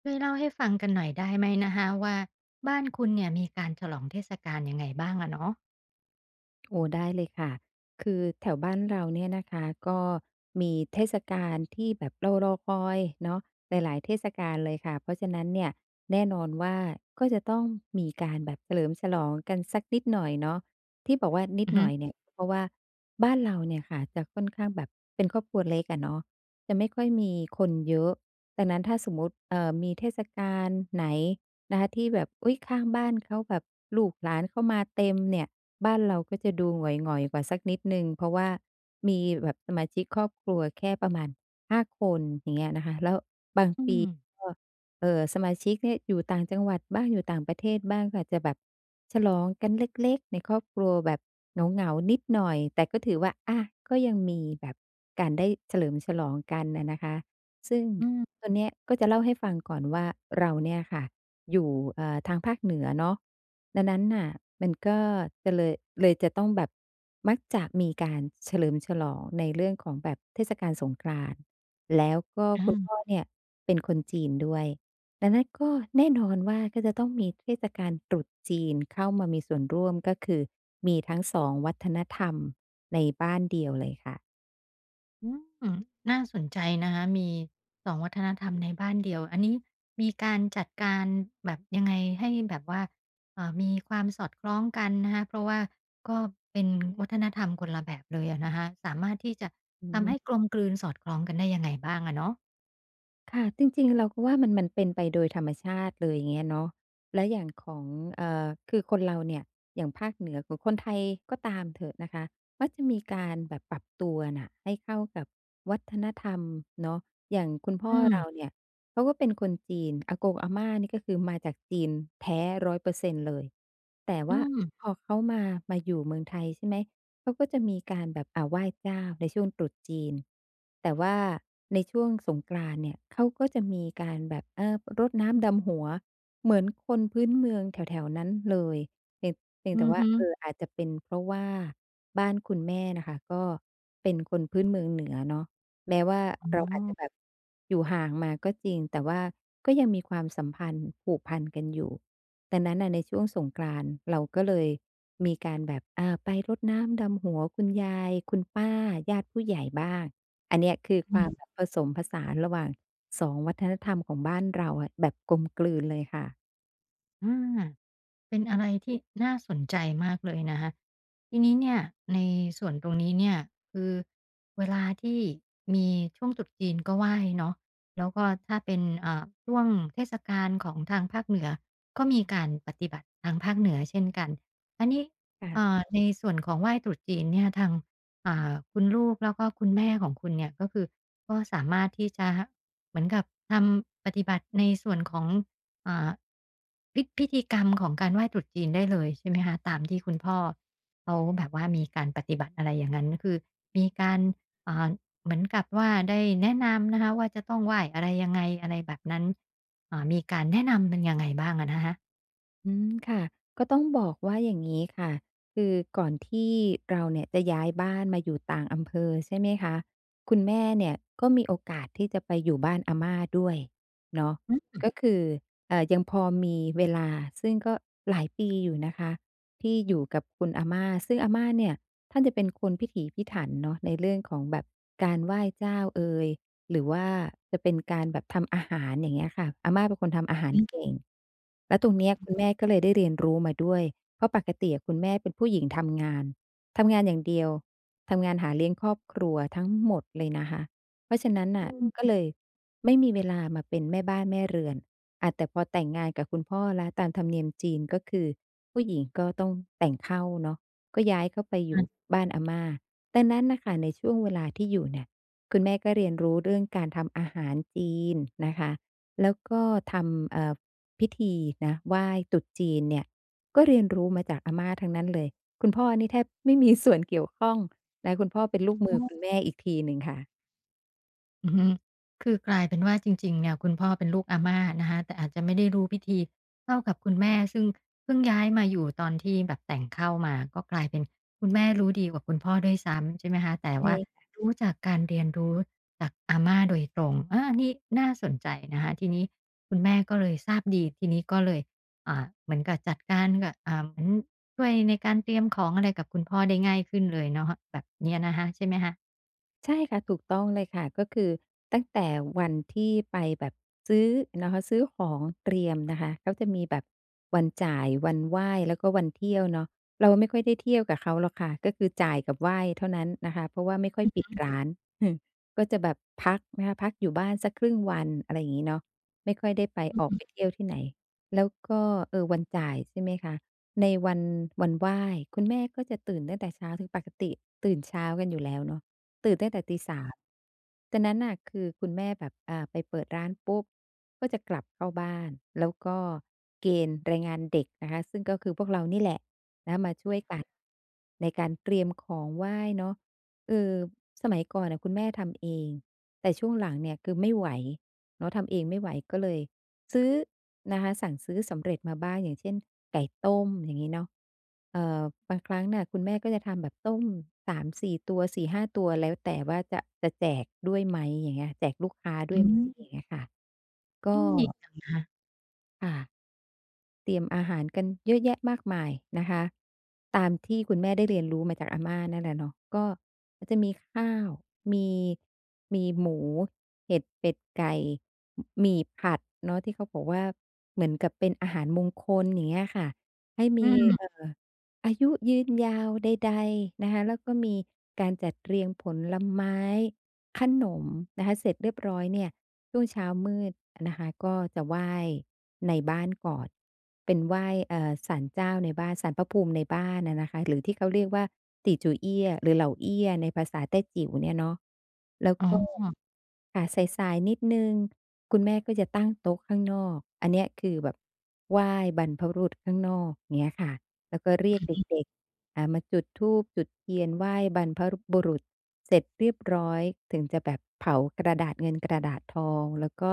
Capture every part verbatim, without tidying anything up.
ช่วยเล่าให้ฟังกันหน่อยได้ไหมนะคะว่าบ้านคุณเนี่ยมีการฉลองเทศกาลยังไงบ้างอะเนาะโอ้ได้เลยค่ะคือแถวบ้านเราเนี่ยนะคะก็มีเทศกาลที่แบบเรารอคอยเนาะหลายๆเทศกาลเลยค่ะเพราะฉะนั้นเนี่ยแน่นอนว่าก็จะต้องมีการแบบเฉลิมฉลองกันสักนิดหน่อยเนาะที่บอกว่านิดอือหฮึน่อยเนี่ยเพราะว่าบ้านเราเนี่ยค่ะจะค่อนข้างแบบเป็นครอบครัวเล็กอะเนาะจะไม่ค่อยมีคนเยอะดังนั้นถ้าสมมติเอ่อมีเทศกาลไหน นะคะที่แบบอุ๊ยข้างบ้านเขาแบบลูกหลานเข้ามาเต็มเนี่ยบ้านเราก็จะดูหงอยๆกว่าสักนิดหนึ่งเพราะว่ามีแบบสมาชิกครอบครัวแค่ประมาณห้าคนอย่างเงี้ยนะคะแล้วบางอืปีมก็เอ่อสมาชิกเนี่ยอยู่ต่างจังหวัดบ้างอยู่ต่างประเทศบ้างก็อาจจะแบบฉลองกันเล็กๆในครอบครัวแบบเหงาๆนิดหน่อยแต่ก็ถือว่าอาก็ยังมีแบบการได้เฉลิมฉลองกันอะนะคะซึ่งอืมตัวเนี้ยก็จะเล่าให้ฟังก่อนว่าเราเนี่ยค่ะ อยู่เอ่อทางภาคเหนือเนาะดังนั้นน่ะมันก็จะเลยเลยจะต้องแบบมักจะมีการเฉลิมฉลองในเรื่องของแบบเทศกาลสงกรานต์แล้วก็อาคุณพ่อเนี่ยเป็นคนจีนด้วยดังนั้นก็แน่นอนว่าก็จะต้องมีเทศกาลตรุษจีนเข้ามามีส่วนร่วมก็คือมีทั้งสองวัฒนธรรมในบ้านเดียวเลยค่ะอืมน่าสนใจนะคะมีสองวัฒนธรรมในบ้านเดียวอันนี้มีการจัดการแบบยังไงให้แบบว่าเอ่อมีความสอดคล้องกันนะคะเพราะว่าก็เป็นวัฒนธรรมคนละแบบเลยอะนะคะสามารถที่จะอืทำให้กม ลมกลืนสอดคล้องกันได้ยังไงบ้างอะเนาะค่ะจริงๆเราก็ว่ามันมันเป็นไปโดยธรรมชาติเลยอย่างเงี้ยเนาะแล้วอย่างของเอ่อคือคนเราเนี่ยอย่างภาคเหนือหรือคนไทยก็ตามเถอะนะคะมักจะมีการแบบปรับตัวน่ะให้เข้ากับวัฒนธรรมเนาะอย่างคุณพ่ออืเรามเนี่ยเขาก็เป็นคนจีนอากงอาม่านี่ก็คือมาจากจีนแท้หนึ่งร้อยเปอร์เซ็นต์เลยแต่อืว่ามพอเขามามาอยู่เมืองไทยใช่ไหม เขาก็จะมีการแบบอ่าไหว้เจ้าในช่วงตรุษจีนแต่ว่าในช่วงสงกรานต์เนี่ยเขาก็จะมีการแบบเออรดน้ำดำหัวเหมือนคนพื้นเมืองแถวๆนั้นเลยเพียงเพียงอืแต่อว่าฮึเอออาจจะเป็นเพราะว่าบ้านคุณแม่น่ะค่ะก็เป็นคนพื้นเมืองเหนือเนาะแม้ว่าอ๋อเรอาอาจจะแบบอยู่ห่างมาก็จริงแต่ว่าก็ยังมีความสัมพันธ์ผูกพันกันอยู่ ดังนั้นน่ะในช่วงสงกรานต์เราก็เลยมีการแบบอาไปรดน้ำดำหัวคุณยายคุณป้าญาติผู้ใหญ่บ้างอันเนี้ยคือคอืวามแบบมผสมผสานระหว่างสองวัฒนธรรมของบ้านเราอะแบบกลมกลืนเลยค่ะอา เป็นอะไรที่น่าสนใจมากเลยนะคะทีนี้เนี่ยในส่วนตรงนี้เนี่ยคือเวลาที่มีช่วงตรุษจีนก็ไหว้เนาะแล้วก็ถ้าเป็นเอ่าช่วงเทศกาลของทางภาคเหนือก็มีการปฏิบัติทางภาคเหนือเช่นกันอันนี้ค่ะ เอ่าในส่วนของไหว้ตรุษจีนเนี่ยทางอ่าคุณลูกแล้วก็คุณแม่ของคุณเนี่ยก็คือก็สามารถที่จะเหมือนกับทำปฏิบัติในส่วนของ อ่าพิพิธีกรรมของการไหว้ตรุษจีนได้เลยใช่ไหมคะตามที่คุณพ่อเขาแบบว่ามีการปฏิบัติอะไรอย่างงั้นคือมีการอ่าเหมือนกับว่าได้แนะนำนะคะว่าจะต้องไหว้อะไรยังไงอะไรแบบนั้นอืมค่ะก็ต้องบอกว่าอย่างนี้ค่ะคือก่อนที่เราเนี่ยจะย้ายบ้านมาอยู่ต่างอำเภอใช่ไหมคะคุณแม่เนี่ยก็มีโอกาสที่จะไปอยู่บ้านอาม่าด้วยเนาะอือก็คือเอ่อยังพอมีเวลาซึ่งก็หลายปีอยู่นะคะที่อยู่กับคุณอาม่าซึ่งอาม่าเนี่ยท่านจะเป็นคนพิถีพิถันเนาะในเรื่องของแบบการไหว้เจ้าเอย หรือว่าจะเป็นการแบบทำอาหารอย่างเงี้ยค่ะอาม่าเป็นคนทำอาหารฮึเก่งแล้วตรงเนี้ยคุณแม่ก็เลยได้เรียนรู้มาด้วยเพราะปกติอะคุณแม่เป็นผู้หญิงทำงานทำงานอย่างเดียวทำงานหาเลี้ยงครอบครัวทั้งหมดเลยนะคะเพราะฉะนั้นอืน่ะก็มเลยไม่มีเวลามาเป็นแม่บ้านแม่เรือนอาแต่พอแต่งงานกับคุณพ่อแล้วตามธรรมเนียมจีนก็คือผู้หญิงก็ต้องแต่งเข้าเนาะก็ย้ายเข้าไปอยู่อาบ้านอาม่าดังนั้นน่ะค่ะในช่วงเวลาที่อยู่เนี่ย คุณแม่ก็เรียนรู้เรื่องการทำอาหารจีนนะคะ แล้วก็ทำเอ่อพิธีนะไหว้ตรุษจีนเนี่ยก็เรียนรู้มาจากอาม่าทั้งนั้นเลย คุณพ่อนี่แทบไม่มีส่วนเกี่ยวข้องและคุณพ่อเป็นลูกมือใช่ คุณแม่อีกทีหนึ่งค่ะอือฮึคือกลายเป็นว่าจริงๆเนี่ยคุณพ่อเป็นลูกอาม่านะคะแต่อาจจะไม่ได้รู้พิธีเท่ากับคุณแม่ซึ่งเพิ่งย้ายมาอยู่ตอนที่แบบแต่งเข้ามาก็กลายเป็นคุณแม่รู้ดีกว่าคุณพ่อด้วยซ้ำใช่ไหมคะแต่ว่าใช่ รู้จากการเรียนรู้จากอาม่าโดยตรงอานี่น่าสนใจนะคะทีนี้คุณแม่ก็เลยทราบดีทีนี้ก็เลยอ่าเหมือนกับจัดการกับอ่าเหมือนช่วยในการเตรียมของอะไรกับคุณพ่อได้ง่ายขึ้นเลยเนาะแบบเนี้ยนะคะใช่ไหมคะใช่ค่ะถูกต้องเลยค่ะก็คือตั้งแต่วันที่ไปแบบซื้อนะคะซื้อของเตรียมนะคะเขาจะมีแบบวันจ่ายวันไหว้แล้วก็วันเที่ยวเนาะเราไม่ค่อยได้เที่ยวกับเขาหรอกค่ะก็คือจ่ายกับไหว้เท่านั้นนะคะเพราะว่าไม่ค่อยปิดร้าน ก็จะแบบพักนะคะพักอยู่บ้านสักครึ่งวันอะไรอย่างนี้เนาะไม่ค่อยได้ไปออกอือไปเที่ยวที่ไหนแล้วก็เออวันจ่ายใช่ไหมคะในวันวันไหว้คุณแม่ก็จะตื่นตั้งแต่เช้าถือปกติตื่นเช้ากันอยู่แล้วเนาะ ตื่นตั้งแต่ตีตีสามจากนั้นน่ะคือคุณแม่แบบอ่าไปเปิดร้านปุ๊บก็จะกลับเข้าบ้านแล้วก็เกณฑ์แรงงานเด็กนะคะซึ่งก็คือพวกเรานี่แหละนะมาช่วยกันในการเตรียมของไหว้เนาะเออสมัยก่อนน่ะคุณแม่ทำเองแต่ช่วงหลังเนี่ยคือไม่ไหวเนาะทำเองไม่ไหวก็เลย ซื้อนะคะสั่งซื้อสำเร็จมาบ้างอย่างเช่นไก่ต้มอย่างงี้เนาะเอ่อบางครั้งน่ะคุณแม่ก็จะทำแบบต้มสสามสี่ตัวสี่ห้าตัวแล้วแต่ว่าจะจะแจกอืมอย่างเงี้ยค่ะก็อืมดีจังนะคะ ค่ะ เตรียมอาหารกันเยอะแยะมากมายนะคะตามที่คุณแม่ได้เรียนรู้มาจากอาม่านั่นแหละเนาะก็มันจะมีข้าวมีมีหมูเห็ดเป็ดไก่หมี่ผัดเนาะที่เขาบอกว่าเหมือนกับเป็นอาหารมงคลอย่างเงี้ยค่ะให้อืมีเอ่มออายุยืนยาวใดๆนะคะแล้วก็มีการจัดเรียงผลไม้ ขนมนะคะเสร็จเรียบร้อยเนี่ยช่วงเช้ามืดนะคะก็จะไหว้ในบ้านก่อนเป็นไหว้เอ่อศาลเจ้าในบ้านศาลพระภูมิในบ้านอะนะคะหรือที่เขาเรียกว่าตี่จูเอี้ยหรือเหล่าเอี้ยในภาษาแต้จิ๋วเนี่ยเนาะแล้วอ๋ก็อค่ะสายๆนิดหนึ่งคุณแม่ก็จะตั้งโต๊ะข้างนอกอันเนี้ยคือแบบไหว้บรรพบุรุษข้างนอกเงี้ยค่ะ แล้วก็เรียกเด็กๆอ่ามาจุดธูปจุดเทียนไหว้บรรพรุบุรุษเสร็จเรียบร้อยถึงจะแบบเผากระดาษเงินกระดาษทองแล้วก็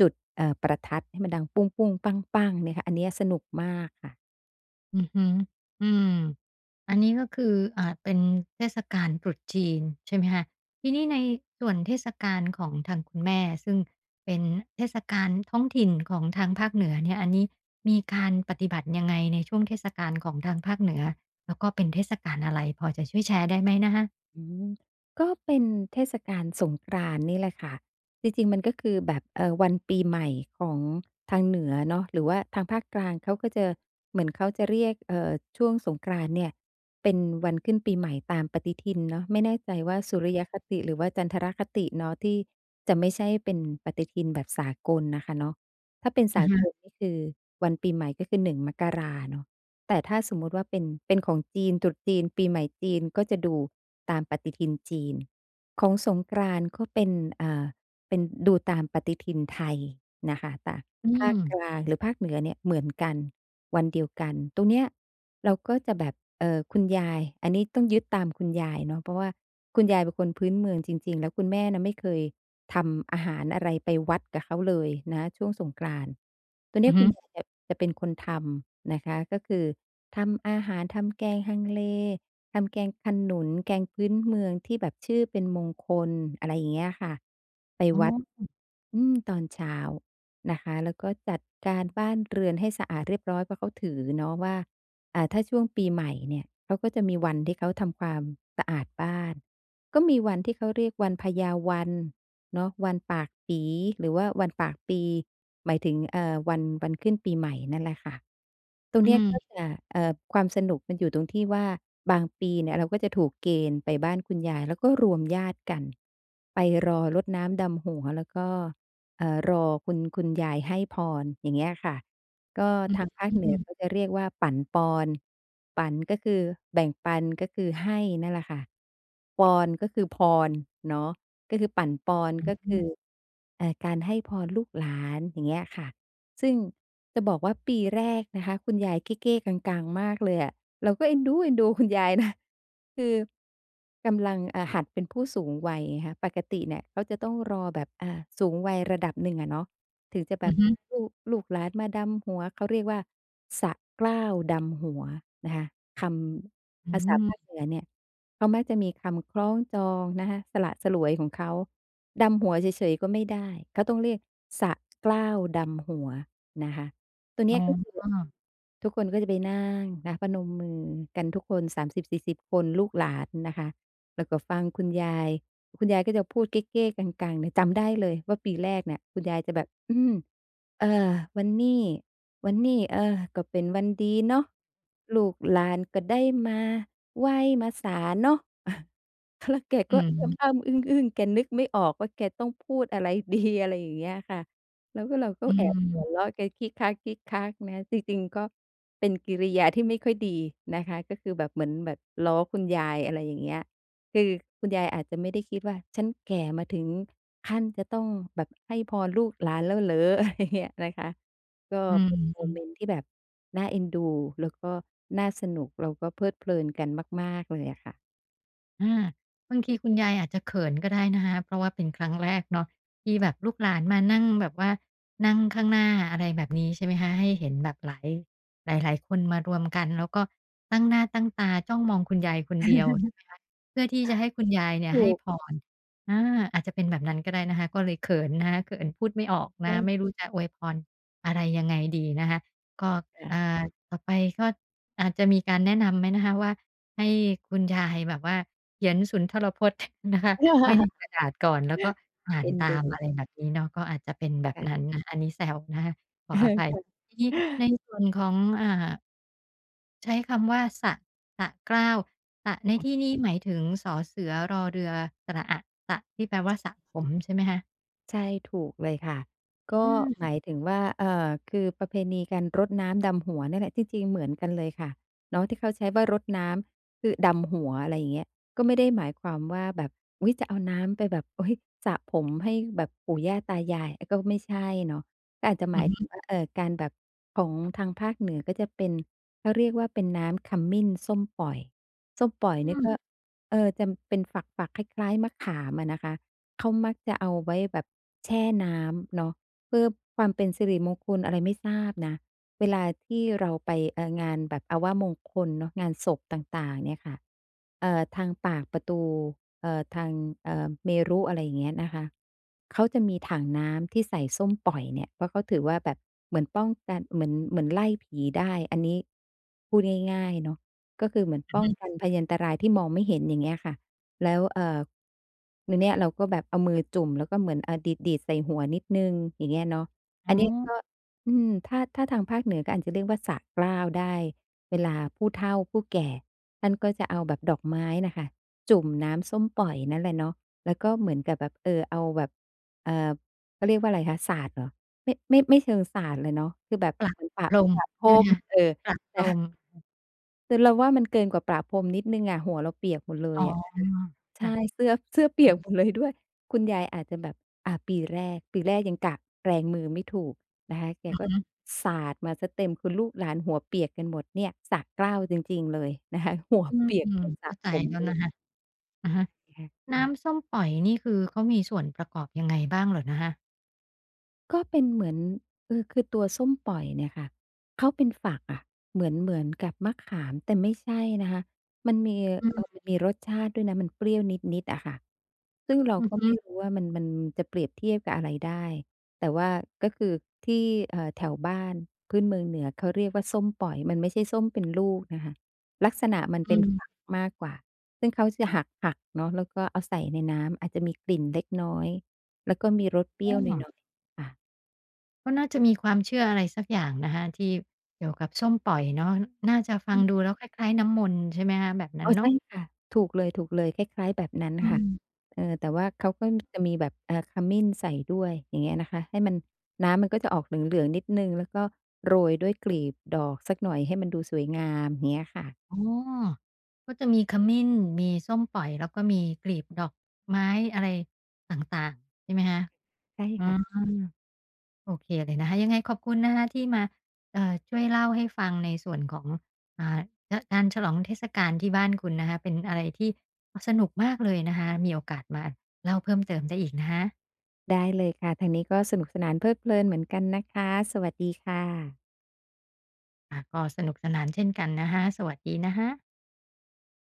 จุดเอ่อประทัดให้มันดังปุ้งปุ้งปังๆเนี่ยค่ะอันเนี้ยสนุกมากค่ะ อือฮึอืมอันนี้ก็คืออ่าเป็นเทศกาลตรุษจีนใช่ไหมคะทีนี้ในส่วนเทศกาลของทางคุณแม่ซึ่งเป็นเทศกาลท้องถิ่นของทางภาคเหนือเนี่ยอันนี้มีการปฏิบัติยังไงในช่วงเทศกาลของทางภาคเหนือแล้วก็เป็นเทศกาลอะไรพอจะช่วยแชร์ได้ไหมนะคะอืมก็เป็นเทศกาลสงกรานต์นี่แหละค่ะจริงๆมันก็คือแบบเอ่อวันปีใหม่ของทางเหนือเนาะหรือว่าทางภาคกลางเขาก็จะเหมือนเขาจะเรียกเอ่อช่วงสงกรานต์เนี่ยเป็นวันขึ้นปีใหม่ตามปฏิทินเนาะไม่แน่ใจว่าสุริยคติหรือว่าจันทรคติเนาะที่จะไม่ใช่เป็นปฏิทินแบบสากลน่ะค่ะเนาะถ้าเป็นอะสาฮะกลนี่คือวันปีใหม่ก็คือหนึ่งมกราเนาะ แต่ถ้าสมมุติว่าเป็นเป็นของจีนตรุษจีนปีใหม่จีนก็จะดูตามปฏิทินจีนของสงกรานต์ก็เป็นอ่าเป็นดูตามปฏิทินไทยนะคะแต่อืภาคมกลางหรือภาคเหนือเนี่ยเหมือนกันวันเดียวกันตรงเนี้ยเราก็จะแบบเอ่อคุณยายอันนี้ต้องยึดตามคุณยายเนาะเพราะว่าคุณยายเป็นคนพื้นเมืองจริงๆแล้วคุณแม่น่ะไม่เคยทำอาหารอะไรไปวัดกับเขาเลยนะช่วงสงกรานต์ตัวอืเนี้อยฮึคุณยายจะจะเป็นคนทำนะคะก็คือ ทำอาหารทำแกงฮังเลทำแกงขนุนแกงพื้นเมืองที่แบบชื่อเป็นมงคลอะไรอย่างเงี้ยค่ะไปอ๋วัดออืมตอนเช้านะคะแล้วก็จัดการบ้านเรือนให้สะอาดเรียบร้อยเพราะเขาถือเนาะว่าอ่าถ้าช่วงปีใหม่เนี่ยเขาก็จะมีวันที่เขาทำความสะอาดบ้านก็มีวันที่เขาเรียกวันพยาวัน เนาะวันปากปีหรือว่าวันปากปีหมายถึงเอ่อวันวันขึ้นปีใหม่นั่นแหละค่ะตรงอืเนี้ยก็มจะเอ่อความสนุกมันอยู่ตรงที่ว่าบางปีเนี่ยเราก็จะถูกเกณฑ์ไปบ้านคุณยายแล้วก็รวมญาติกันไปรอรดน้ำดำหัวแล้วก็เอ่อรอคุณคุณยายให้พรอย่างเงี้ยค่ะ ก็อืมทางภาคอืเหนือเขามจะเรียกว่าปั่นปอนปั่นก็คือแบ่งปันก็คือให้นั่นแหละค่ะปอนก็คือพรเนาะก็คือปั่นปอนอือก็คือฮเอ่อการให้พรลูกหลานอย่างเงี้ยค่ะซึ่งจะบอกว่าปีแรกนะคะคุณยายเก้ๆกังๆมากเลยอะเราก็เอ็นดูเอ็นดูคุณยายนะคือกำลังอ่าหัดเป็นผู้สูงวัยไงคะปกติเนี่ยเขาจะต้องรอแบบอ่าสูงวัยระดับหนึ่งอะเนาะ ถึงจะแบบึลูกลูกหลานมาดำหัวเขาเรียกว่าสะเกล้าวดำหัวนะคะคอืำภาษามภาคเหนือเนี่ยเขามักจะมีคำคล้องจองนะคะสละสลวยของเขาดำหัวเฉยๆก็ไม่ได้เขาต้องเรียกสะเกล้าวดำหัวนะคะตัวอ๋เนี้ยก็คืออทุกคนก็จะไปนั่งนะประนมมือกันทุกคนสามสิบถึงสี่สิบคนลูกหลานนะคะแล้วก็ฟังคุณยาย คุณยายก็จะพูดเก๊ะๆกังๆเนี่ยจำได้เลยว่าปีแรกเนี่ยคุณยายจะแบบอืมเออวันนี้วันนี้เออก็เป็นวันดีเนาะลูกหลานก็ได้มาไหว้มาศาลเนาะ แล้วแกอืก็มอ้ำๆอึ้งๆแกนึกไม่ออกว่าแกต้องพูดอะไรดีอะไรอย่างเงี้ยค่ะแล้วก็เราก็อืแอบหัวมเราะแกคิกคักคิกคักนะจริงๆก็เป็นกิริยาที่ไม่ค่อยดีนะคะก็คือแบบเหมือนแบบล้อคุณยายอะไรอย่างเงี้ย คือคุณยายอาจจะไม่ได้คิดว่าฉันแก่มาถึงขั้นจะต้องแบบให้พรลูกหลานแล้วเหรอ อะไรเงี้ยนะคะก็อืเป็นโมม เมนต์ที่แบบน่าเอ็นดูแล้วก็น่าสนุกเราก็เพลิดเพลินกันมากๆเลยอะค่ะอาบางทีคุณยายอาจจะเขินก็ได้นะคะเพราะว่าเป็นครั้งแรกเนาะที่แบบลูกหลานมานั่งแบบว่านั่งข้างหน้าอะไรแบบนี้ใช่ไหมคะให้เห็นแบบหลายหลายๆคนมารวมกันแล้วก็ตั้งหน้าตั้งตาจ้องมองคุณยายคนเดียวใช่ไหมคะเพื่อที่จะให้คุณยายเนี่ยถูให้กพรอาอาจจะเป็นแบบนั้นก็ได้นะคะก็เลยเขินนะคะเขินพูดไม่ออกนะคะไม่ใช่รู้จะอวยพรอะไรยังไงดีนะคะก็ค่ะ อ่าต่อไปก็อาจจะมีการแนะนำไหมนะคะว่า ให้คุณยายแบบว่าเขียนสุนทรพจน์ นะคะไว้ในก ระดาษก่อนแล้วก็อ่านเอ็นตาดูมอะไรแบบนี้เนาะก็อาจจะเป็นแบบนั้นค่ะ นะอันนี้แซวนะคะขออภัยทีนี้ในส่วนของอ่าใช้คำว่าสะสะเกล้าวสะในที่นี้หมายถึงสอเสือรอเรือสระอะสะที่แปลว่าสระผมใช่ไหมคะใช่ถูกเลยค่ะก็อือือฮหมมึายถึงว่าเอ่อคือประเพณีการรดน้ำดำหัวเนี่ยแหละจริงๆเหมือนกันเลยค่ะเนาะที่เขาใช้ว่ารดน้ำคือดำหัวอะไรอย่างเงี้ยก็ไม่ได้หมายความว่าแบบอุ๊ยจะเอาน้ำไปแบบอุ๊ยสระผมให้แบบปู่ย่าตายายก็ไม่ใช่เนาะก็อาจจะหมายถึอืองว่าเอ่อการแบบของทางภาคเหนือก็จะเป็นเขาเรียกว่าเป็นน้ำขมิ้นส้มป่อยส้มป่อยอืนี่อมก็มเอ่อจะเป็นฝักๆคล้ายๆมะขามอะนะคะ เขามักจะเอาไว้แบบแช่น้ำเนาะเพื่อความเป็นสิริมงคลอะไรไม่ทราบนะเวลาที่เราไปเอ่องานแบบอาว่ามงคลเนาะงานศพต่างๆเนี่ยค่ะเอ่อทางปากประตูเอ่อทางเอ่อเมรุอะไรอย่างเงี้ยนะคะเขาจะมีถังน้ำที่ใส่ส้มป่อยเนี่ยเพราะเขาถือว่าแบบเหมือนป้องกันเหมือนเหมือนไล่ผีได้อันนี้พูดง่ายๆเนาะก็คือเหมือนป้องกันภัยอันตรายที่มองไม่เห็นอย่างเงี้ยค่ะ แล้วเอ่อเนี่ยเราก็แบบเอามือจุ่มแล้วก็เหมือนอ่าดีดๆใส่หัวนิดหนึ่งอย่างเงี้ยเนาะอ๋อัอนเนี้ยก็อืมถ้าถ้าทางภาคเหนือก็อาจจะเรียกว่าสระเกล้าได้เวลาผู้เฒ่าผู้แก่ท่านก็จะเอาแบบดอกไม้น่ะค่ะจุ่มน้ำส้มปล่อยนั่นแหละเนาะแล้วก็เหมือนกับแบบเออเอาแบบเอ่อเขาเรียกว่าอะไรคะสาดเหรอไม่ไม่ไม่เชิงสาดเลยเนาะคือแบบปลักเหมือนปะลมปะพรใช่ไหมมคะเออใช้ปลักแต่ลมคือเราว่ามันเกินกว่าประพรมนิดหนึ่งอะหัวเราเปียกหมดเลอ๋อยอะ ใช่ค่ะ เสื้อเสื้อเปียกหมดเลยด้วยคุณยายอาจจะแบบอ่าปีแรกปีแรกยังกะแรงมือไม่ถูกนะคะแกก็สาดมาเสียเต็มคือลูกหลานหัวเปียกกันหมดเนี่ยสระเกล้าวจริงๆเลยนะคะ หัวอืเปียกเหมมือนสระเข้าใจผมแล้วมาเลนะยคะอะฮะค่ะ น้ำส้มปล่อยนี่คือเขามีส่วนประกอบยังไงบ้างเหรอนะคะก็เป็นเหมือนเออคือตัวส้มปล่อยเนี่ยค่ะเขาเป็นฝักอะเหมือนเหมือนกับมะขามแต่ไม่ใช่นะคะมันมีอืเอ่อมมันมีรสชาติด้วยนะมันเปรี้ยวนิดๆอะค่ะซึ่งเราอือก็ฮึไม่รู้ว่ามันมันจะเปรียบเทียบกับอะไรได้แต่ว่าก็คือที่เอ่อแถวบ้านพื้นเมืองเหนือเขาเรียกว่าส้มปล่อยมันไม่ใช่ส้มเป็นลูกนะคะลักษณะมันอืเป็นมฝักมากกว่าซึ่งเขาจะหักๆเนาะแล้วก็เอาใส่ในน้ำอาจจะมีกลิ่นเล็กน้อยแล้วก็มีรสเปรี้อ้อยวหน่อยๆค่ะ ก็น่าจะมีความเชื่ออะไรสักอย่างนะคะที่เกี่ยวกับส้มปล่อยเนาะน่าจะฟังอืมดูแล้วคล้ายๆน้ำมนต์ใช่ไหมคะแบบนั้อ๋นอใช่เนาะค่ะถูกเลยๆคล้ายๆแบบนั้นอืค่ะมเออแต่ว่าเขาก็จะมีแบบเอ่อขมิ้นใส่ด้วยอย่างเงี้ยนะคะให้มันน้ำมันก็จะออกเหลืองๆนิดหนึ่งแล้วก็โรยด้วยกลีบดอกสักหน่อยให้มันดูสวยงามอย่างเงี้ยค่ะอ๋อก็จะมีขมิ้นมีส้มปล่อยแล้วก็มีกลีบดอกไม้อะไรต่างๆใช่ไหมคะใช่อ๋อ ค่ะโอเคเลยนะคะยังไงขอบคุณนะคะที่มาเอ่อช่วยเล่าให้ฟังในส่วนของอ่าการฉลองเทศกาลที่บ้านคุณนะคะเป็นอะไรที่สนุกมากเลยนะคะมีโอกาสมาเล่าเพิ่มเติมได้อีกนะคะได้เลยค่ะทางนี้ก็สนุกสนานเพลิดเพลินเหมือนกันนะคะสวัสดีค่ะอ่ะก็สนุกสนานเช่นกันนะคะสวัสดีนะคะ